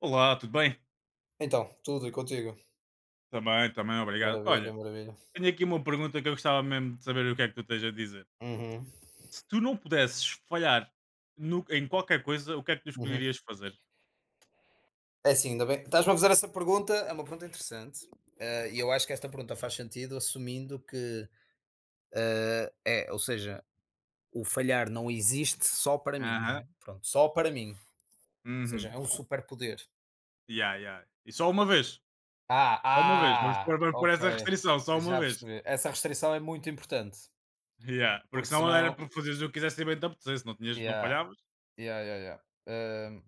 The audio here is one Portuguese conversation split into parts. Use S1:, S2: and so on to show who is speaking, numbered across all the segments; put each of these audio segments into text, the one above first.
S1: Olá, tudo bem?
S2: Então, tudo e contigo?
S1: Também, também, obrigado.
S2: Maravilha,
S1: Olha,
S2: maravilha.
S1: tenho aqui uma pergunta que eu gostava mesmo de saber o que é que tu tens a dizer.
S2: Uhum,
S1: Se tu não pudesses falhar em qualquer coisa, o que é que tu
S2: uhum.
S1: escolherias fazer?
S2: É assim, ainda bem estás-me a fazer essa pergunta, é uma pergunta interessante, e eu acho que esta pergunta faz sentido assumindo que é, ou seja, o falhar não existe só para mim, não
S1: Aham.
S2: é? Pronto, só para mim, ou seja,
S1: Uhum.
S2: é um superpoder.
S1: Yeah, yeah. E só uma vez.
S2: Ah,
S1: Só uma vez. Vamos
S2: ah,
S1: pôr, vamos pôr
S2: ok,
S1: essa restrição, só uma
S2: já
S1: vez.
S2: percebi. Essa restrição é muito importante,
S1: Yeah. Porque
S2: porque
S1: senão era
S2: senão
S1: para fazeres o que quisesse e bem te apetecesse, não, tinhas, não
S2: yeah,
S1: falhavas.
S2: yeah. Hum,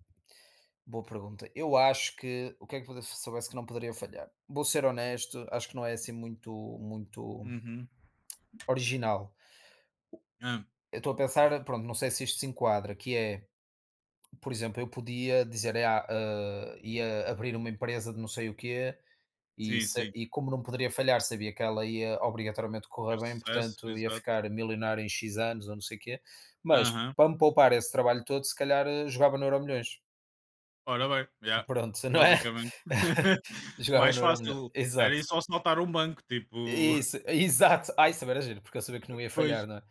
S2: Boa pergunta. Eu acho que o que é que pode- se soubesse que não poderia falhar? Vou ser honesto, acho que não é assim muito, muito
S1: Uhum.
S2: original.
S1: Ah,
S2: Eu estou a pensar, pronto, não sei se isto se enquadra, que é, por exemplo, eu podia dizer, ia abrir uma empresa de não sei o quê, e,
S1: sim,
S2: sa-
S1: sim.
S2: e como não poderia falhar, sabia que ela ia obrigatoriamente correr
S1: Ter
S2: bem,
S1: sucesso,
S2: portanto ia
S1: exato.
S2: ficar milionário em X anos ou não sei o quê, mas
S1: Aham.
S2: para me poupar esse trabalho todo, se calhar jogava no Euromilhões.
S1: Ora bem, já
S2: Pronto, não é?
S1: basicamente.
S2: Jogava
S1: Mais
S2: no Euromilhões.
S1: fácil, era ir
S2: Exato.
S1: só assaltar um banco, tipo.
S2: Isso, exato. Ah, isso agora é giro, porque eu sabia que não ia falhar,
S1: Pois,
S2: não é?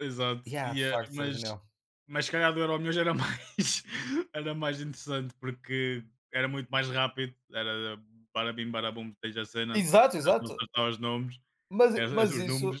S1: exato,
S2: Yeah, de
S1: e a
S2: facto, Sérgio Daniel.
S1: mas se calhar do Euromilhões era mais era mais interessante, porque era muito mais rápido, era bara bim bara bum tens a cena,
S2: Exato,
S1: era só
S2: exato.
S1: acertar os nomes,
S2: Mas,
S1: era
S2: mas
S1: os
S2: isso,
S1: números.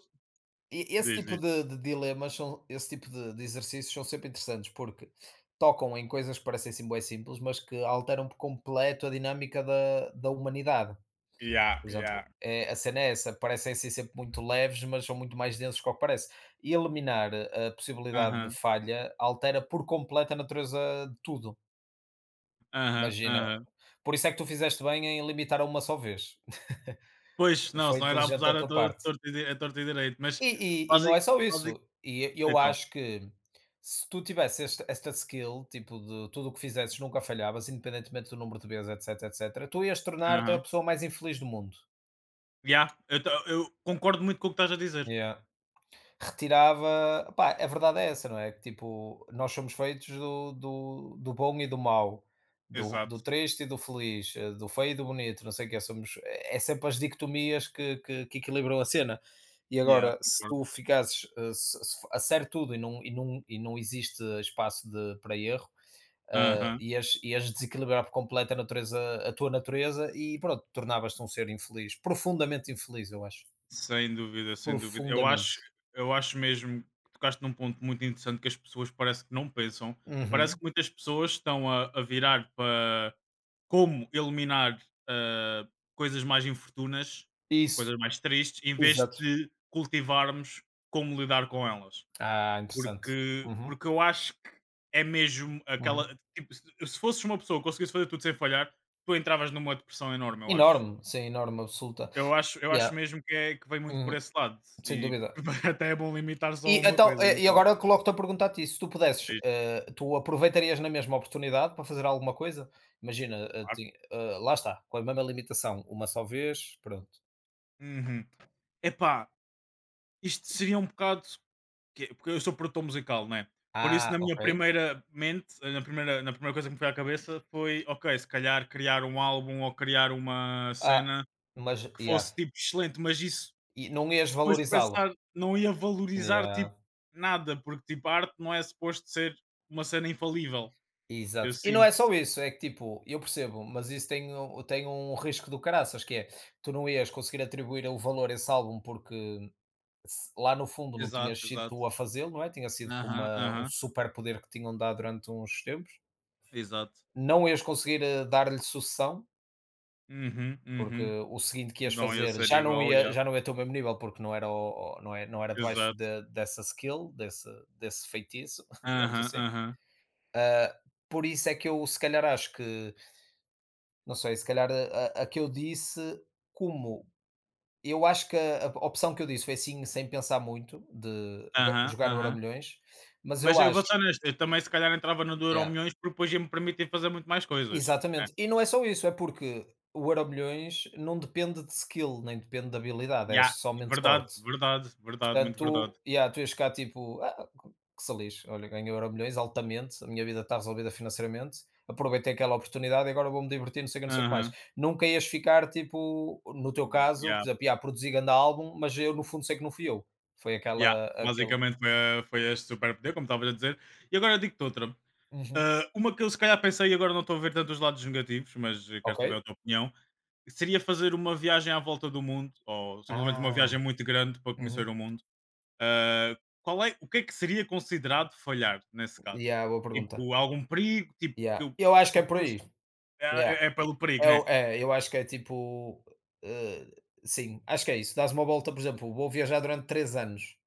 S2: e- esse
S1: Diz,
S2: tipo
S1: diz.
S2: de dilemas, são, esse tipo de exercícios são sempre interessantes, porque tocam em coisas que parecem sim, bué simples, mas que alteram por completo a dinâmica da humanidade.
S1: Yeah,
S2: Por exemplo,
S1: yeah.
S2: é, a cena é essa, parecem ser sempre muito leves, mas são muito mais densos que o que parece. E eliminar a possibilidade de
S1: Aham,
S2: falha altera por completo a natureza de tudo.
S1: aham,
S2: Imagina,
S1: aham.
S2: por isso é que tu fizeste bem em limitar a uma só vez.
S1: Pois, não,
S2: Foi
S1: senão era
S2: inteligente da
S1: abusar a
S2: tua
S1: to
S2: parte.
S1: torto e di a torto e direito, mas
S2: E não
S1: basic
S2: é só
S1: basic
S2: isso, e eu
S1: então.
S2: acho que se tu tivesse este esta skill, tipo de tudo o que fizesses nunca falhavas, independentemente do número de vezes, etc, etc, tu ias tornar-te a pessoa mais infeliz do mundo.
S1: Yeah, eu concordo muito com o que estás a dizer.
S2: Yeah. Retirava pá, a verdade é essa, não é? Que tipo, nós somos feitos do bom e do mau, do
S1: Exato.
S2: triste e do feliz, do feio e do bonito, não sei o quê, somos é sempre as dicotomias que equilibram a cena. E
S1: Yeah,
S2: agora, se
S1: concordo.
S2: tu ficasses, eh, se se a sério tudo e não existe espaço de para erro,
S1: Aham.
S2: ias desequilibrar por completo a tua natureza e pronto, tornavas-te um ser infeliz, profundamente infeliz, eu acho.
S1: Sem dúvida, sem dúvida. Eu acho
S2: Profundamente.
S1: eu acho mesmo que tocaste num ponto muito interessante que as pessoas parece que não pensam. Parece
S2: Uhum.
S1: que muitas pessoas estão a virar para como eliminar, ah, coisas mais infortunas,
S2: Isso.
S1: coisas mais tristes, em vez
S2: Exato.
S1: de cultivarmos como lidar com elas.
S2: Ah, interessante.
S1: Porque
S2: Uhum,
S1: porque eu acho que é mesmo aquela
S2: uhum.
S1: tipo, se fosses uma pessoa que conseguisse fazer tudo sem falhar, tu entravas numa depressão enorme, eu acho.
S2: Enorme, sim, enorme, absoluta.
S1: Eu acho eu
S2: Yeah,
S1: acho mesmo que é que vem muito por
S2: uhum,
S1: esse lado
S2: sem
S1: e
S2: dúvida.
S1: até é bom limitar só a
S2: E
S1: uma
S2: então,
S1: coisa
S2: e
S1: então.
S2: agora eu coloco-te a perguntar-te isso, se tu pudesses,
S1: Diz,
S2: eh, tu aproveitarias na mesma oportunidade para fazer alguma coisa? Imagina, eh,
S1: claro.
S2: ti eh, lá está, com a mesma limitação, uma só vez, pronto.
S1: Uhum. Epá, isto seria um bocado que porque eu sou produtor musical, não é? Por isso
S2: Ah,
S1: na minha
S2: ok.
S1: primeira mente, na primeira coisa que me foi à cabeça foi: "Ok, se calhar criar um álbum ou criar uma
S2: Ah,
S1: cena
S2: mas
S1: que
S2: yeah,
S1: fosse tipo excelente", mas isso
S2: e não ias
S1: depois de
S2: valorizá-lo?
S1: pensar, não ia valorizar,
S2: Yeah.
S1: tipo, nada, porque, tipo, a arte não é suposto ser uma cena infalível, eu
S2: Exato. E não é
S1: sinto.
S2: só isso, é que tipo, eu percebo, mas isso tem um risco do caraças, que é tu não ias conseguir atribuir o valor a esse álbum porque se- lá no fundo não tinhas
S1: Exato,
S2: sido
S1: exato.
S2: tu a fazê-lo, não é? Tinha sido com
S1: Aham,
S2: uma, um
S1: aham,
S2: super poder que tinham dado durante uns tempos.
S1: exato.
S2: Não ias conseguir dar-lhe sucessão,
S1: Uhum,
S2: porque
S1: uhum.
S2: o seguinte que ias
S1: Não ia
S2: fazer
S1: ser igual, yeah,
S2: já não ia ter o mesmo nível, porque não era, o- não é, não era debaixo
S1: exato.
S2: de- dessa skill, desse, desse feitiço, digamos
S1: Aham,
S2: assim.
S1: aham,
S2: Por isso é que eu se calhar acho que não sei, se calhar a que eu disse, como eu acho que a opção que eu disse foi assim, sem pensar muito, de ga-
S1: aham,
S2: jogar no
S1: aham.
S2: Euromilhões, mas eu
S1: Mas eu
S2: acho,
S1: vou ser honesto, eu também se calhar entrava no do Euro
S2: é,
S1: milhões porque depois ia-me permitir fazer muito mais coisas, né.
S2: exatamente. E não é só isso, é porque o Euromilhões não depende de skill, nem depende de habilidade, é
S1: Yeah,
S2: somente
S1: verdade,
S2: sorte.
S1: verdade, verdade,
S2: Portanto,
S1: muito verdade.
S2: tu, yeah, tu ias ficar tipo, "Ah, que se lixe, olha, ganhei Euromilhões altamente, a minha vida está resolvida financeiramente, aproveitei aquela oportunidade e agora vou-me divertir, não sei o que, não sei o que mais.
S1: Aham,
S2: Nunca ias ficar tipo, no teu caso,
S1: yeah.
S2: por exemplo, yeah, produzi grande álbum, mas eu no fundo sei que não fui eu. Foi
S1: Yeah,
S2: aquela, aquele.
S1: basicamente foi, foi este superpoder, como estavas a dizer. E agora digo-te outra.
S2: Uhum.
S1: Ah, uma que eu se calhar pensei e agora não estou a ver tantos lados negativos, mas quero
S2: Ok.
S1: saber a tua opinião. Seria fazer uma viagem à volta do mundo, ou simplesmente uma
S2: Ah,
S1: viagem muito grande para
S2: uhum.
S1: conhecer o mundo. Ah, qual é, o que é que seria considerado falhar nesse caso?
S2: Yeah, boa pergunta.
S1: Tipo, algum perigo? Tipo, porque,
S2: Yeah. Eu acho que é
S1: porque
S2: por
S1: depois
S2: aí.
S1: é,
S2: Yeah.
S1: é
S2: E-
S1: pelo perigo,
S2: eu,
S1: né?
S2: é, eu acho que é tipo. eh, sim, acho que é isso. Dás uma volta, por exemplo, vou viajar durante três anos.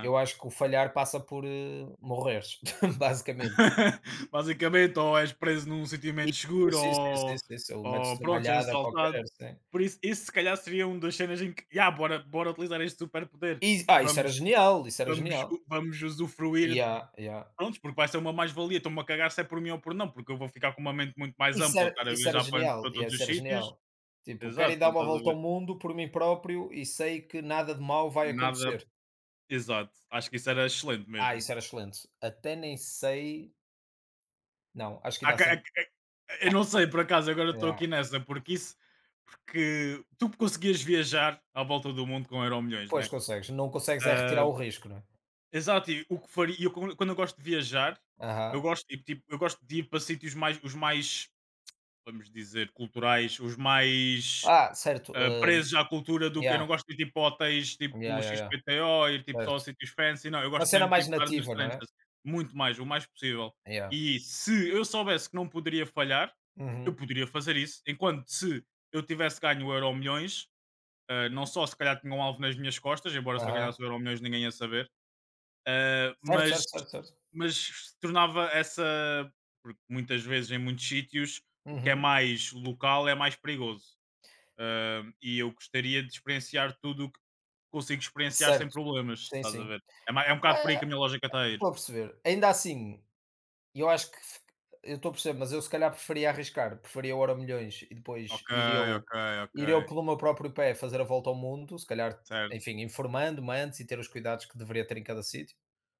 S2: Eu acho que o falhar passa por, morreres, basicamente.
S1: Basicamente, ou és preso num sítio menos
S2: E
S1: seguro,
S2: sim, sim, sim, sim, sim, ou metes
S1: ou pronto, és
S2: qualquer,
S1: assaltado.
S2: sim.
S1: Por isso, isso se calhar seria uma das cenas em que, yeah, bora, bora utilizar este superpoder.
S2: E ah, isso era
S1: Vamos,
S2: genial, isso era
S1: vamos,
S2: genial.
S1: vamos usufruir.
S2: Yeah, yeah.
S1: Pronto, porque vai ser uma mais-valia. Estou-me a cagar se é por mim ou por não, porque eu vou ficar com uma mente muito mais ampla, estar a
S2: Isso era
S1: viajar para,
S2: genial,
S1: para
S2: yeah,
S1: todos
S2: isso
S1: os
S2: era
S1: sítios.
S2: genial. Tipo, quero ir
S1: Exato,
S2: dar
S1: quando
S2: uma
S1: estás a
S2: volta ao
S1: ver
S2: mundo por mim próprio e sei que nada de mal vai
S1: nada.
S2: acontecer.
S1: Exato, acho que isso era excelente
S2: Ah,
S1: mesmo.
S2: isso era excelente. Até nem sei não, acho que
S1: Há
S2: ainda há
S1: ca-
S2: sempre
S1: é- é- Eu não
S2: ah,
S1: sei, por acaso, agora estou aqui
S2: yeah.
S1: nessa, porque isso. Porque tu conseguias viajar à volta do mundo com Euro Milhões,
S2: Pois,
S1: né?
S2: consegues. Não consegues é retirar
S1: Ah,
S2: o risco, não é?
S1: exato, e o que faria. Eu, quando eu gosto de viajar, eu
S2: Aham.
S1: gosto, de ir, tipo, eu gosto de ir para sítios mais. Os mais, vamos dizer, culturais, os mais
S2: Ah, certo, hã,
S1: presos à cultura do que eu
S2: yeah,
S1: não gosto de ir tipo a hotéis
S2: yeah,
S1: tipo
S2: yeah, yeah,
S1: XPTO, ir tipo só a
S2: certo.
S1: sítios fancy, não, eu
S2: Uma
S1: gosto
S2: cena
S1: mesmo de
S2: mais
S1: tipo estar nas
S2: nativa, não é?
S1: tranchas, muito mais, o mais possível.
S2: Yeah.
S1: E se eu soubesse que não poderia falhar, eu
S2: Uhum.
S1: poderia fazer isso, enquanto se eu tivesse ganho o Euro milhões não só se calhar tinha um alvo nas minhas costas, embora se eu
S2: Aham.
S1: ganhasse o Euro milhões ninguém ia saber, ah,
S2: Certo, certo,
S1: mas,
S2: certo, certo.
S1: mas se tornava essa, porque muitas vezes em muitos sítios o que é
S2: Uhum.
S1: mais local é mais perigoso. E eu gostaria de experienciar tudo o que consigo experienciar sem
S2: Certo.
S1: problemas,
S2: Sim,
S1: estás a
S2: sim.
S1: ver? É, é um bocado por aí
S2: É,
S1: que a minha lógica está a ir.
S2: estou a perceber. Ainda assim, eu acho que f eu estou a perceber, mas eu se calhar preferia arriscar, preferia o Euro milhões e depois
S1: Ok, ok, ok.
S2: ir eu pelo meu próprio pé fazer a volta ao mundo, se calhar,
S1: Certo,
S2: enfim, informando-me antes e ter os cuidados que deveria ter em cada sítio.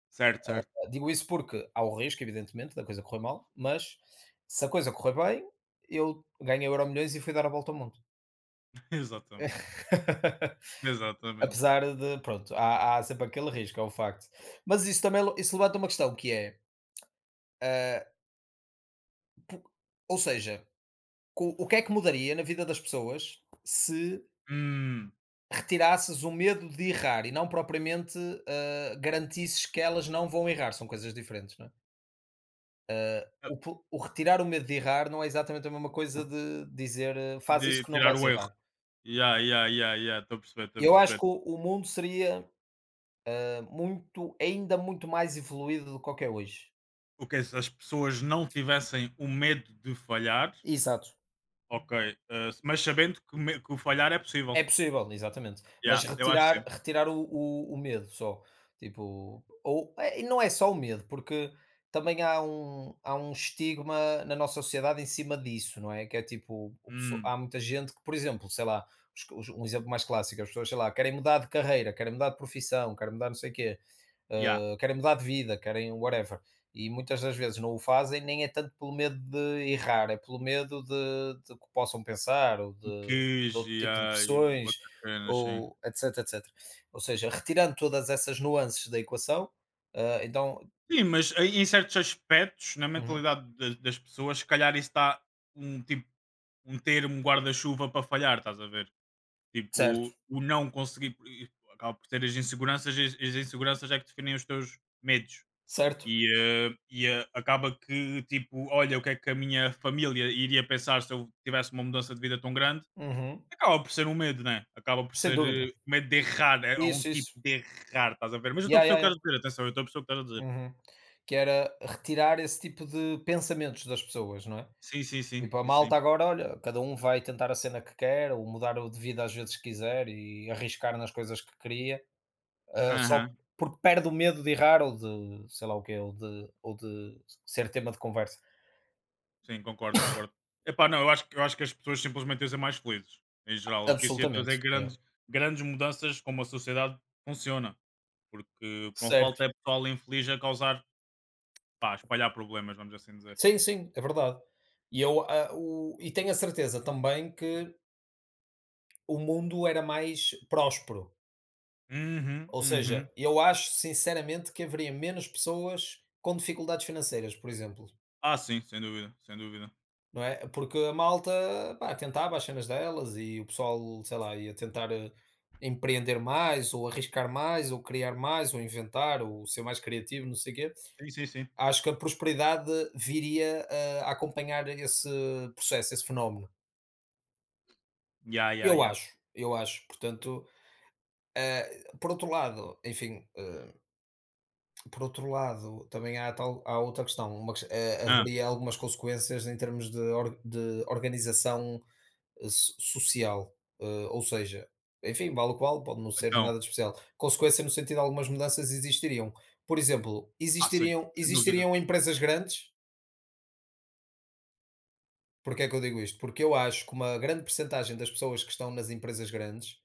S1: certo, certo.
S2: Digo isso porque há o risco, evidentemente, da coisa correr mal, mas se a coisa correr bem, eu ganhei o Euro milhões e fui dar a volta ao mundo.
S1: Exatamente, exatamente.
S2: Apesar de pronto, há sempre aquele risco, é um facto. Mas isso também le isso levanta uma questão que é, ah, po ou seja, co o que é que mudaria na vida das pessoas se
S1: Hum,
S2: retirasses o medo de errar e não propriamente, garantisses que elas não vão errar, são coisas diferentes, não é?
S1: ah,
S2: O po o retirar o medo de errar não é exatamente a mesma coisa de dizer: "Faz isso
S1: de
S2: que não
S1: tirar
S2: vais
S1: o erro.
S2: errar".
S1: Ya, ya, ya, ya, estou a perceber, estou a
S2: Eu acho
S1: perceber.
S2: que o mundo seria, muito ainda muito mais evoluído do qual que é hoje.
S1: O que é se as pessoas não tivessem o medo de falhar,
S2: Exato.
S1: ok, mas sabendo que, que o falhar é possível.
S2: É possível, exatamente. Mas
S1: Ya, eu acho que sim.
S2: retirar o medo só, tipo, ou e não é só o medo, porque também há um estigma na nossa sociedade em cima disso, não é? Que é tipo, o pesso
S1: Hum,
S2: há muita gente que, por exemplo, sei lá, os um exemplo mais clássico, as pessoas, sei lá, querem mudar de carreira, querem mudar de profissão, querem mudar não sei o quê,
S1: ya.
S2: querem mudar de vida, querem whatever. E muitas das vezes não o fazem, nem é tanto pelo medo de errar, é pelo medo de que possam pensar, ou
S1: E que,
S2: de outro
S1: ya,
S2: tipo de
S1: e
S2: pressões,
S1: outras cenas, sim.
S2: ou etc, etc. Ou seja, retirando todas essas nuances da equação, eh, então,
S1: Sim, mas em certos aspectos, na
S2: uhum,
S1: mentalidade das pessoas, se calhar isso está um tipo um termo guarda-chuva para falhar, estás a ver?
S2: certo,
S1: Tipo, o não conseguir por- e acaba por ter as inseguranças, e as inseguranças é que definem os teus medos.
S2: certo,
S1: E, acaba que, tipo, olha, o que é que a minha família iria pensar se eu tivesse uma mudança de vida tão grande?
S2: uhum,
S1: Acaba por ser um medo, né? Acaba por
S2: sem
S1: ser
S2: dúvida.
S1: medo de errar, é um
S2: Isso,
S1: tipo
S2: isso.
S1: de errar, estás a ver? Mas eu estou a
S2: Yeah, yeah,
S1: perceber o que
S2: yeah.
S1: estás a dizer, atenção, eu estou a perceber o que estás a dizer.
S2: Uhum. Que era retirar esse tipo de pensamentos das pessoas, não é?
S1: Sim, sim, sim,
S2: Tipo, a
S1: sim, sim.
S2: malta agora, olha, cada um vai tentar a cena que quer ou mudar o de vida às vezes que quiser e arriscar nas coisas que queria, ah, só
S1: Aham,
S2: porque perde o medo de errar ou de sei lá o quê, ou de ser tema de conversa.
S1: sim, concordo, concordo. Epá, não, eu acho, eu acho que as pessoas simplesmente iam ser mais felizes, em geral. O que isso ia trazer
S2: Absolutamente, é.
S1: grandes, grandes mudanças como a sociedade funciona. Porque o que não
S2: Certo.
S1: falta é pessoal infeliz a causar, pá, a espalhar problemas, vamos assim dizer.
S2: Sim, sim, é verdade. E eu, ah, o e tenho a certeza também que o mundo era mais próspero,
S1: Uhum,
S2: ou seja,
S1: uhum.
S2: eu acho sinceramente que haveria menos pessoas com dificuldades financeiras, por exemplo.
S1: Ah, sim, sem dúvida, sem dúvida.
S2: Não é? Porque a malta, pá, tentava as cenas delas e o pessoal, sei lá, ia tentar, empreender mais ou arriscar mais ou criar mais ou inventar ou ser mais criativo, não sei o quê.
S1: Sim, sim, sim.
S2: Acho que a prosperidade viria a acompanhar esse processo, esse fenómeno.
S1: Ya, ya,
S2: Eu
S1: ya.
S2: acho, eu acho. Portanto, eh, por outro lado, enfim, eh, por outro lado, também há tal há outra questão, uma ques
S1: Ah,
S2: haveria algumas consequências em termos de or de organização so- social. Ou seja, enfim, vale o qual, pode não ser
S1: então,
S2: nada de especial. Consequência no sentido de algumas mudanças existiriam. Por exemplo,
S1: ah, sim, sem dúvida.
S2: existiriam empresas grandes? Porquê é que eu digo isto? Porque eu acho que uma grande percentagem das pessoas que estão nas empresas grandes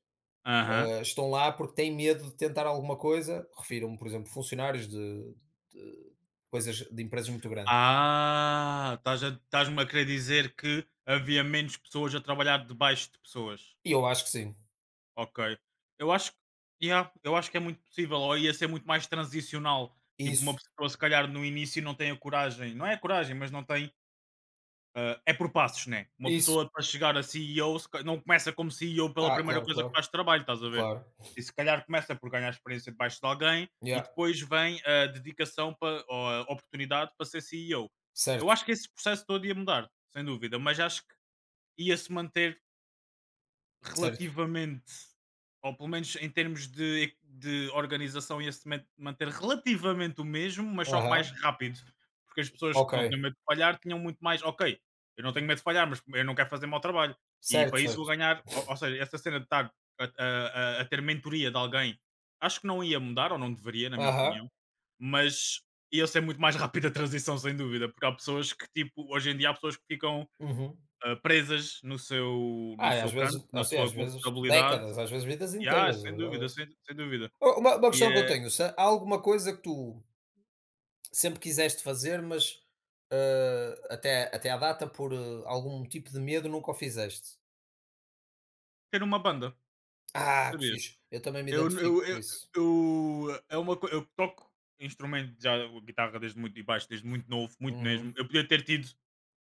S1: Aham.
S2: estão lá porque têm medo de tentar alguma coisa. Refiro-me, por exemplo, funcionários de coisas de empresas muito grandes.
S1: Ah, estás estás-me a querer dizer que havia menos pessoas a trabalhar debaixo de pessoas.
S2: E eu acho que sim.
S1: Ok. Eu acho Yeah, eu acho que é muito possível, ou ia ser muito mais transicional. Tipo,
S2: Isso,
S1: uma pessoa se calhar no início não tem a coragem, não é a coragem, mas não tem. Ah, é por passos, né? Uma
S2: isso.
S1: pessoa para chegar a CEO se ca- não começa como CEO pela
S2: Ah,
S1: primeira coisa que faz de trabalho, estás a ver?
S2: claro.
S1: E se calhar começa por ganhar experiência debaixo de alguém e
S2: Yeah.
S1: depois vem a dedicação para, ou a oportunidade para ser CEO. Eu
S2: Certo,
S1: acho que esse processo todo ia mudar, sem dúvida, mas acho que ia se manter
S2: certo.
S1: relativamente ou pelo menos em termos de organização ia-se manter relativamente o mesmo, mas só que
S2: Aham,
S1: mais rápido, porque as pessoas que não tinham
S2: ok.
S1: medo de falhar tinham muito mais: "Ok, eu não tenho medo de falhar, mas eu não quero fazer mau trabalho e
S2: Certo,
S1: para isso vou
S2: certo.
S1: ganhar" ou seja, essa cena de estar a ter mentoria de alguém, acho que não ia mudar ou não deveria, na minha
S2: Aham,
S1: opinião, mas ia ser muito mais rápida a transição sem dúvida, porque há pessoas que tipo, hoje em dia há pessoas que ficam
S2: uhum.
S1: presas no seu no
S2: Ah, e às
S1: seu canto,
S2: vezes
S1: na
S2: assim, às
S1: sua
S2: vezes
S1: confortabilidade.
S2: décadas, às vezes vidas
S1: E
S2: inteiras, a
S1: sem
S2: verdade é
S1: dúvida,
S2: essa.
S1: sem dúvida.
S2: U uma
S1: E
S2: questão que eu
S1: é
S2: tenho, se há alguma coisa que tu sempre quiseste fazer, mas, hã, até à data por algum tipo de medo nunca o fizeste?
S1: Ter uma banda,
S2: Ah, que
S1: sabias?
S2: fixe. Eu também me
S1: Eu
S2: identifico
S1: eu
S2: com
S1: eu
S2: isso.
S1: eu é uma coi eu toco instrumento já guitarra desde muito e baixo desde muito novo, muito
S2: Uhum.
S1: mesmo. Eu podia ter tido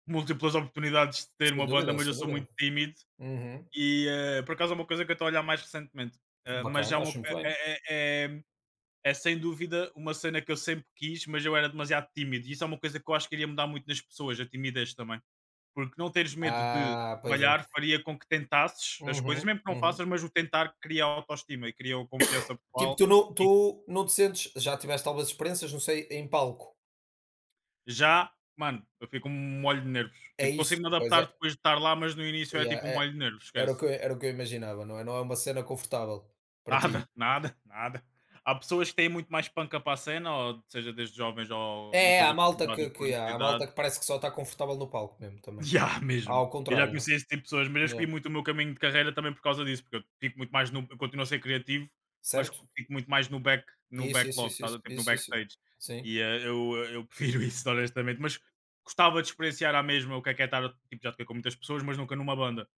S1: múltiplas oportunidades de ter
S2: Sem
S1: uma banda,
S2: dúvida,
S1: mas eu
S2: sem
S1: sou
S2: dúvida.
S1: muito tímido
S2: Uhum.
S1: e, por acaso é uma coisa que eu estou a olhar mais recentemente. Ah, mas já é
S2: Bacana,
S1: uma
S2: acho
S1: co
S2: muito
S1: é
S2: bem.
S1: é é é sem dúvida uma cena que eu sempre quis, mas eu era demasiado tímido. E isso é uma coisa que eu acho que iria mudar muito nas pessoas, a timidez também. Porque não teres medo de
S2: Ah, pois
S1: falhar
S2: é.
S1: faria com que tentasses as coisas,
S2: Uhum,
S1: mesmo que não faças,
S2: uhum.
S1: mas o tentar cria autoestima e cria a confiança
S2: Tipo,
S1: pessoal. E
S2: tu não te sentes já tiveste algumas experiências, não sei, em palco?
S1: já, mano, eu fico um molho de nervos.
S2: É
S1: Tipo,
S2: isso,
S1: consigo me
S2: pois é,
S1: adaptar depois de estar lá, mas no início é
S2: yeah,
S1: tipo um
S2: é
S1: molho de nervos, esquece.
S2: era o que eu imaginava, não é? Não é uma cena confortável para
S1: Nada,
S2: ti.
S1: nada, nada. Há pessoas que têm muito mais panca para a cena, ou seja, desde jovens ou uma
S2: É, é, há
S1: coisa
S2: malta que
S1: cultivada
S2: que
S1: por
S2: yeah, há
S1: necessidade.
S2: malta que parece que só está confortável no palco mesmo também.
S1: Já,
S2: Há
S1: mesmo.
S2: ao
S1: Eu já
S2: contrário, não
S1: conheci esse
S2: é?
S1: tipo de pessoas, mas eu escolhi
S2: Yeah.
S1: muito o meu caminho de carreira também por causa disso, porque eu fico muito mais no. Eu continuo a ser criativo, mas
S2: Certo?
S1: fico muito mais no back, no backlog, estás a ver? Tipo no
S2: Isso.
S1: backstage.
S2: Sim.
S1: E eu prefiro isso, honestamente. Mas gostava de experienciar à mesma o que é estar, tipo, já toquei com muitas pessoas, mas nunca numa banda.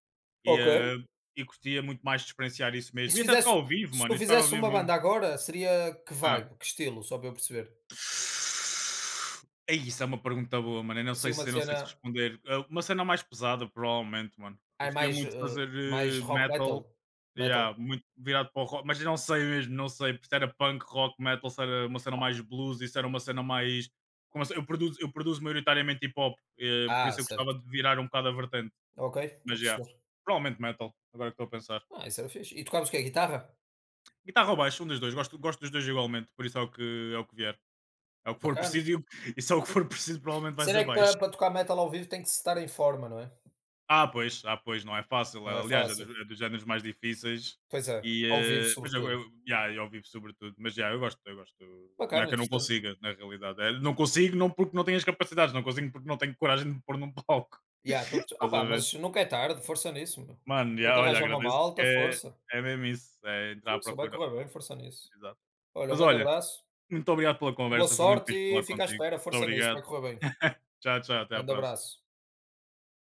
S1: E,
S2: Ok.
S1: curtia muito mais de experienciar isso
S2: E
S1: mesmo.
S2: se
S1: E até tocar
S2: fizesse
S1: ao vivo,
S2: se tu
S1: mano, e tocar ao
S2: fizesse
S1: vivo
S2: uma
S1: mesmo.
S2: banda agora, seria que
S1: Ah.
S2: vibe, que estilo, só para eu perceber?
S1: É isso, é uma pergunta boa, mano.
S2: Assim uma
S1: Eu não sei se
S2: cena,
S1: responder. Uma cena mais pesada, provavelmente, mano.
S2: ai
S1: Gostaria
S2: mais,
S1: muito de fazer
S2: mais rock metal?
S1: metal,
S2: Metal?
S1: yeah, muito virado para o rock, mas eu não sei mesmo, não sei se era punk, rock, metal, se era uma cena mais blues, isso era uma cena mais. Como se- eu produzo maioritariamente hip hop, por
S2: Ah,
S1: isso eu gostava
S2: certo.
S1: de virar um bocado a vertente,
S2: Ok, estou
S1: mas
S2: a
S1: já.
S2: perceber.
S1: Provavelmente metal, agora que estou a pensar.
S2: Ah, isso era fixe. E tocavas o quê? Guitarra?
S1: Guitarra ou baixo, um dos dois, gosto, gosto dos dois igualmente, por isso é o que vier. É o que for
S2: Bacana.
S1: preciso e, e só o que for preciso provavelmente vai
S2: Cena
S1: ser
S2: é que
S1: baixo.
S2: para tocar metal ao vivo tem que se estar em forma, não é?
S1: Ah, pois, não é fácil.
S2: Não é
S1: Aliás,
S2: fácil.
S1: é dos géneros mais difíceis.
S2: Pois é,
S1: E,
S2: ao vivo sobretudo.
S1: yeah, eu vivo sobretudo. Mas já, eu gosto. Não é
S2: Bacana,
S1: que eu não
S2: interessante.
S1: consiga, na realidade. É, não consigo não porque não tenho as capacidades, não consigo porque não tenho coragem de me pôr num palco.
S2: Yeah, estou a perce
S1: Estás a
S2: opá,
S1: ver?
S2: mas nunca é tarde, força nisso, meu.
S1: Mano,
S2: Tenta
S1: já, olha,
S2: arranjar uma
S1: agradeço porque
S2: malta,
S1: é,
S2: força.
S1: é mesmo isso. É entrar à
S2: Força, vai
S1: procura.
S2: correr bem, força nisso.
S1: Exato.
S2: Olha, um
S1: Mas
S2: grande
S1: olha,
S2: abraço,
S1: muito obrigado pela
S2: boa
S1: conversa, foi muito
S2: sorte
S1: fixe
S2: e
S1: falar
S2: fica à
S1: contigo.
S2: espera,
S1: Muito
S2: força nisso,
S1: obrigado.
S2: vai correr bem.
S1: Tchau, tchau, até à
S2: Grande
S1: próxima.
S2: abraço.